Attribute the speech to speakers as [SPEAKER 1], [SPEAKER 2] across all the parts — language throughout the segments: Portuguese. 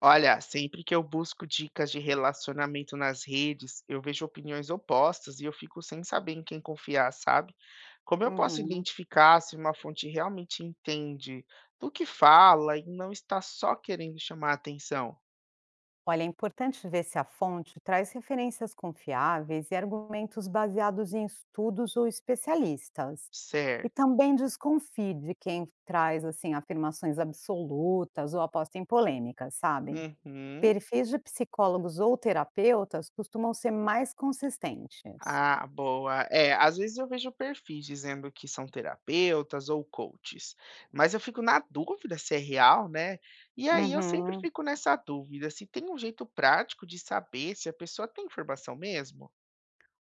[SPEAKER 1] Olha, sempre que eu busco dicas de relacionamento nas redes, eu vejo opiniões opostas e eu fico sem saber em quem confiar, sabe? Como eu posso
[SPEAKER 2] Uhum.
[SPEAKER 1] identificar se uma fonte realmente entende do que fala e não está só querendo chamar atenção?
[SPEAKER 2] Olha, é importante ver se a fonte traz referências confiáveis e argumentos baseados em estudos ou especialistas. E
[SPEAKER 1] Certo.
[SPEAKER 2] também desconfie de quem traz assim afirmações absolutas ou aposta em polêmicas, sabem?
[SPEAKER 1] Uhum.
[SPEAKER 2] Perfis de psicólogos ou terapeutas costumam ser mais consistentes.
[SPEAKER 1] Ah, boa. É, às vezes eu vejo perfis dizendo que são terapeutas ou coaches, mas eu fico na dúvida se é real, né? E aí eu sempre
[SPEAKER 2] Uhum.
[SPEAKER 1] fico nessa dúvida se tem um jeito prático de saber se a pessoa tem informação mesmo.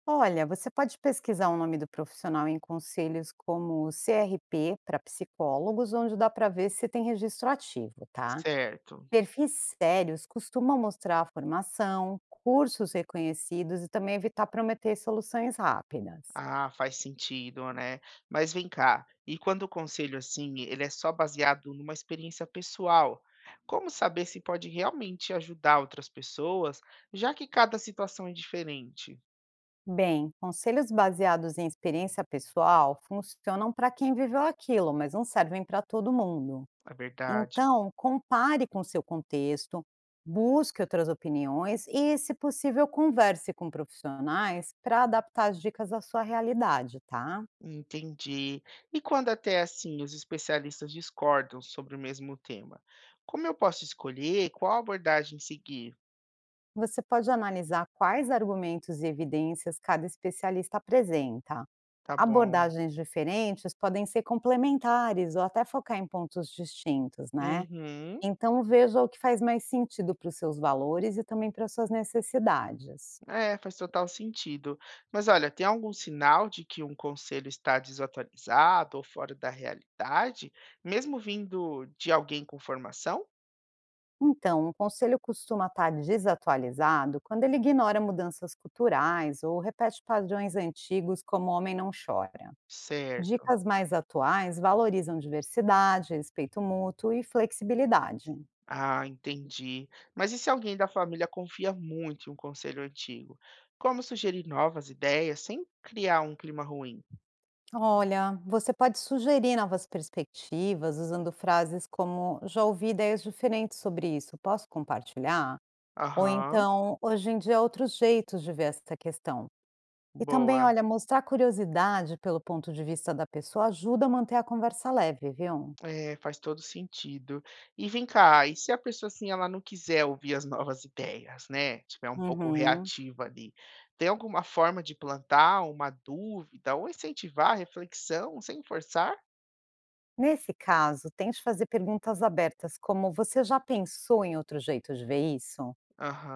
[SPEAKER 2] Olha, você pode pesquisar o nome do profissional em conselhos como CRP para psicólogos, onde dá para ver se tem registro ativo, tá?
[SPEAKER 1] Certo.
[SPEAKER 2] Perfis sérios costumam mostrar a formação, cursos reconhecidos e também evitar prometer soluções rápidas.
[SPEAKER 1] Ah, faz sentido, né? Mas vem cá, e quando o conselho assim, ele é só baseado numa experiência pessoal, como saber se pode realmente ajudar outras pessoas, já que cada situação é diferente?
[SPEAKER 2] Bem, conselhos baseados em experiência pessoal funcionam para quem viveu aquilo, mas não servem para todo mundo.
[SPEAKER 1] É verdade.
[SPEAKER 2] Então, compare com seu contexto, busque outras opiniões e, se possível, converse com profissionais para adaptar as dicas à sua realidade, tá?
[SPEAKER 1] Entendi. E quando até assim os especialistas discordam sobre o mesmo tema? Como eu posso escolher qual abordagem seguir?
[SPEAKER 2] Você pode analisar quais argumentos e evidências cada especialista apresenta.
[SPEAKER 1] Tá bom.
[SPEAKER 2] Abordagens diferentes podem ser complementares ou até focar em pontos distintos, né.
[SPEAKER 1] Uhum.
[SPEAKER 2] Então veja o que faz mais sentido para os seus valores e também para as suas necessidades.
[SPEAKER 1] É, faz total sentido. Mas olha, tem algum sinal de que um conselho está desatualizado ou fora da realidade, mesmo vindo de alguém com formação?
[SPEAKER 2] Então, um conselho costuma estar desatualizado quando ele ignora mudanças culturais ou repete padrões antigos como "homem não chora".
[SPEAKER 1] Certo.
[SPEAKER 2] Dicas mais atuais valorizam diversidade, respeito mútuo e flexibilidade.
[SPEAKER 1] Ah, entendi. Mas e se alguém da família confia muito em um conselho antigo? Como sugerir novas ideias sem criar um clima ruim?
[SPEAKER 2] Olha, você pode sugerir novas perspectivas usando frases como já ouvi ideias diferentes sobre isso, posso compartilhar? Ou
[SPEAKER 1] Aham,
[SPEAKER 2] então, hoje em dia, há outros jeitos de ver essa questão. E também,
[SPEAKER 1] boa.
[SPEAKER 2] olha, mostrar curiosidade pelo ponto de vista da pessoa ajuda a manter a conversa leve, viu?
[SPEAKER 1] É, faz todo sentido. E vem cá, e se a pessoa assim ela não quiser ouvir as novas ideias, né? Tiver um pouco
[SPEAKER 2] Uhum.
[SPEAKER 1] reativa ali, tem alguma forma de plantar uma dúvida ou incentivar a reflexão sem forçar?
[SPEAKER 2] Nesse caso, tente fazer perguntas abertas, como você já pensou em outro jeito de ver isso?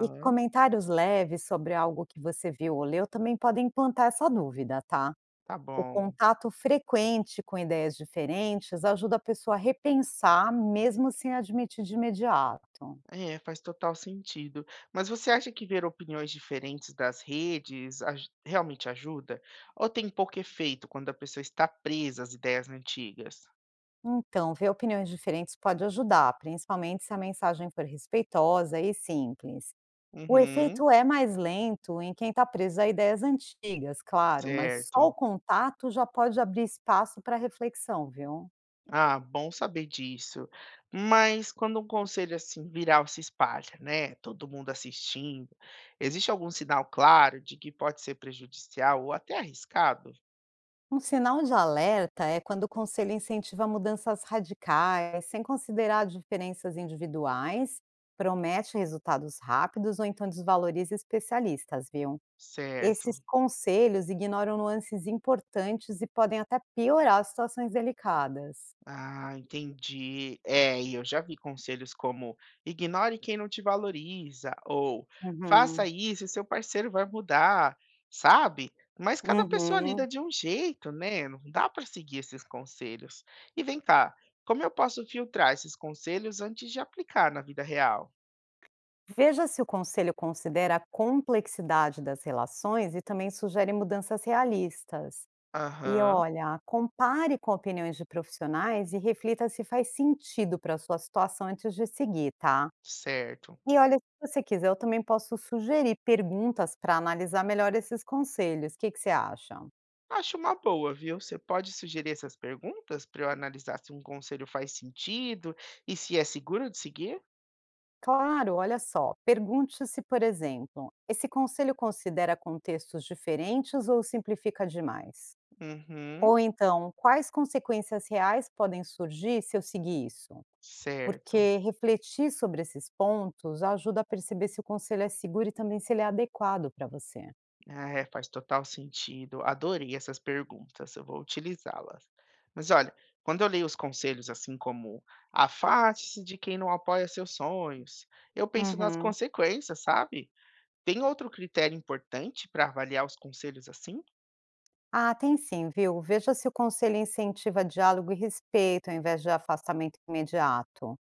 [SPEAKER 2] E comentários leves sobre algo que você viu ou leu também podem plantar essa dúvida, tá?
[SPEAKER 1] tá
[SPEAKER 2] O
[SPEAKER 1] bom.
[SPEAKER 2] contato frequente com ideias diferentes ajuda a pessoa a repensar, mesmo sem admitir de imediato.
[SPEAKER 1] É, faz total sentido. Mas você acha que ver opiniões diferentes das redes realmente ajuda? Ou tem pouco efeito quando a pessoa está presa às ideias antigas?
[SPEAKER 2] Então, ver opiniões diferentes pode ajudar, principalmente se a mensagem for respeitosa e simples. O
[SPEAKER 1] Uhum,
[SPEAKER 2] efeito é mais lento em quem está preso a ideias antigas, claro, mas só o
[SPEAKER 1] certo.
[SPEAKER 2] contato já pode abrir espaço para reflexão, viu?
[SPEAKER 1] Ah, bom saber disso. Mas quando um conselho assim viral se espalha, né? Todo mundo assistindo, existe algum sinal claro de que pode ser prejudicial ou até arriscado?
[SPEAKER 2] Um sinal de alerta é quando o conselho incentiva mudanças radicais, sem considerar diferenças individuais, promete resultados rápidos ou então desvaloriza especialistas, viu? Esses
[SPEAKER 1] Certo.
[SPEAKER 2] conselhos ignoram nuances importantes e podem até piorar situações delicadas.
[SPEAKER 1] Ah, entendi. É, e eu já vi conselhos como ignore quem não te valoriza, ou faça
[SPEAKER 2] Uhum,
[SPEAKER 1] isso e seu parceiro vai mudar, sabe? Mas cada pessoa
[SPEAKER 2] uhum.
[SPEAKER 1] lida de um jeito, né? Não dá para seguir esses conselhos. E vem cá, como eu posso filtrar esses conselhos antes de aplicar na vida real?
[SPEAKER 2] Veja se o conselho considera a complexidade das relações e também sugere mudanças realistas. E
[SPEAKER 1] Aham,
[SPEAKER 2] olha, compare com opiniões de profissionais e reflita se faz sentido para a sua situação antes de seguir, tá?
[SPEAKER 1] certo.
[SPEAKER 2] E olha, se você quiser, eu também posso sugerir perguntas para analisar melhor esses conselhos. O que que você acha?
[SPEAKER 1] Acho uma boa, viu? Você pode sugerir essas perguntas para eu analisar se um conselho faz sentido e se é seguro de seguir?
[SPEAKER 2] Claro, olha só. Pergunte-se, por exemplo, esse conselho considera contextos diferentes ou simplifica demais?
[SPEAKER 1] Uhum.
[SPEAKER 2] Ou então, quais consequências reais podem surgir se eu seguir isso?
[SPEAKER 1] Certo.
[SPEAKER 2] Porque refletir sobre esses pontos ajuda a perceber se o conselho é seguro e também se ele é adequado para você.
[SPEAKER 1] Ah, é, faz total sentido. Adorei essas perguntas, eu vou utilizá-las. Mas olha, quando eu leio os conselhos assim como afaste-se de quem não apoia seus sonhos, eu penso nas
[SPEAKER 2] Uhum.
[SPEAKER 1] consequências, sabe? Tem outro critério importante para avaliar os conselhos assim?
[SPEAKER 2] Ah, tem sim, viu? Veja se o conselho incentiva diálogo e respeito, ao invés de afastamento imediato.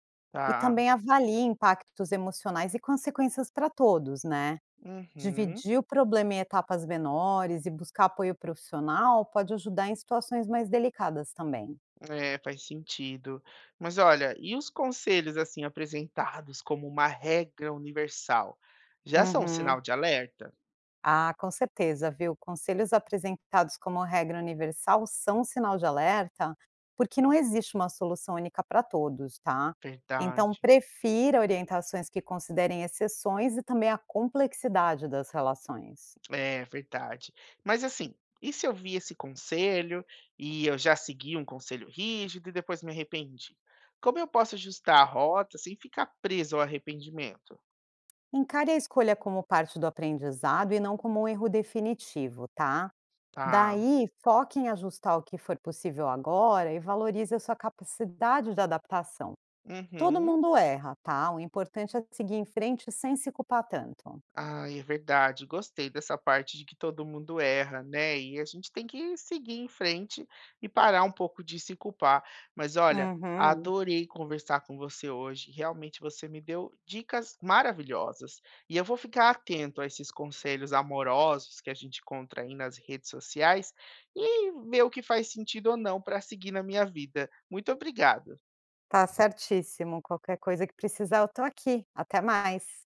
[SPEAKER 2] E
[SPEAKER 1] Tá.
[SPEAKER 2] também avalie impactos emocionais e consequências para todos, né?
[SPEAKER 1] Uhum.
[SPEAKER 2] Dividir o problema em etapas menores e buscar apoio profissional pode ajudar em situações mais delicadas também.
[SPEAKER 1] É, faz sentido. Mas olha, e os conselhos assim apresentados como uma regra universal, já são um
[SPEAKER 2] Uhum.
[SPEAKER 1] sinal de alerta?
[SPEAKER 2] Ah, com certeza, viu? Conselhos apresentados como regra universal são um sinal de alerta, porque não existe uma solução única para todos, tá? Então,
[SPEAKER 1] Verdade.
[SPEAKER 2] prefira orientações que considerem exceções e também a complexidade das relações.
[SPEAKER 1] É verdade. Mas assim, e se eu vi esse conselho e eu já segui um conselho rígido e depois me arrependi? Como eu posso ajustar a rota sem ficar preso ao arrependimento?
[SPEAKER 2] Encare a escolha como parte do aprendizado e não como um erro definitivo, tá?
[SPEAKER 1] Tá.
[SPEAKER 2] Daí, foque em ajustar o que for possível agora e valorize a sua capacidade de adaptação. Todo
[SPEAKER 1] Uhum.
[SPEAKER 2] mundo erra, tá? O importante é seguir em frente sem se culpar tanto.
[SPEAKER 1] Ah, é verdade. Gostei dessa parte de que todo mundo erra, né? E a gente tem que seguir em frente e parar um pouco de se culpar. Mas olha,
[SPEAKER 2] Uhum,
[SPEAKER 1] adorei conversar com você hoje. Realmente você me deu dicas maravilhosas. E eu vou ficar atento a esses conselhos amorosos que a gente encontra aí nas redes sociais e ver o que faz sentido ou não para seguir na minha vida. Muito obrigado.
[SPEAKER 2] tá certíssimo. Qualquer coisa que precisar, eu tô aqui. Até mais.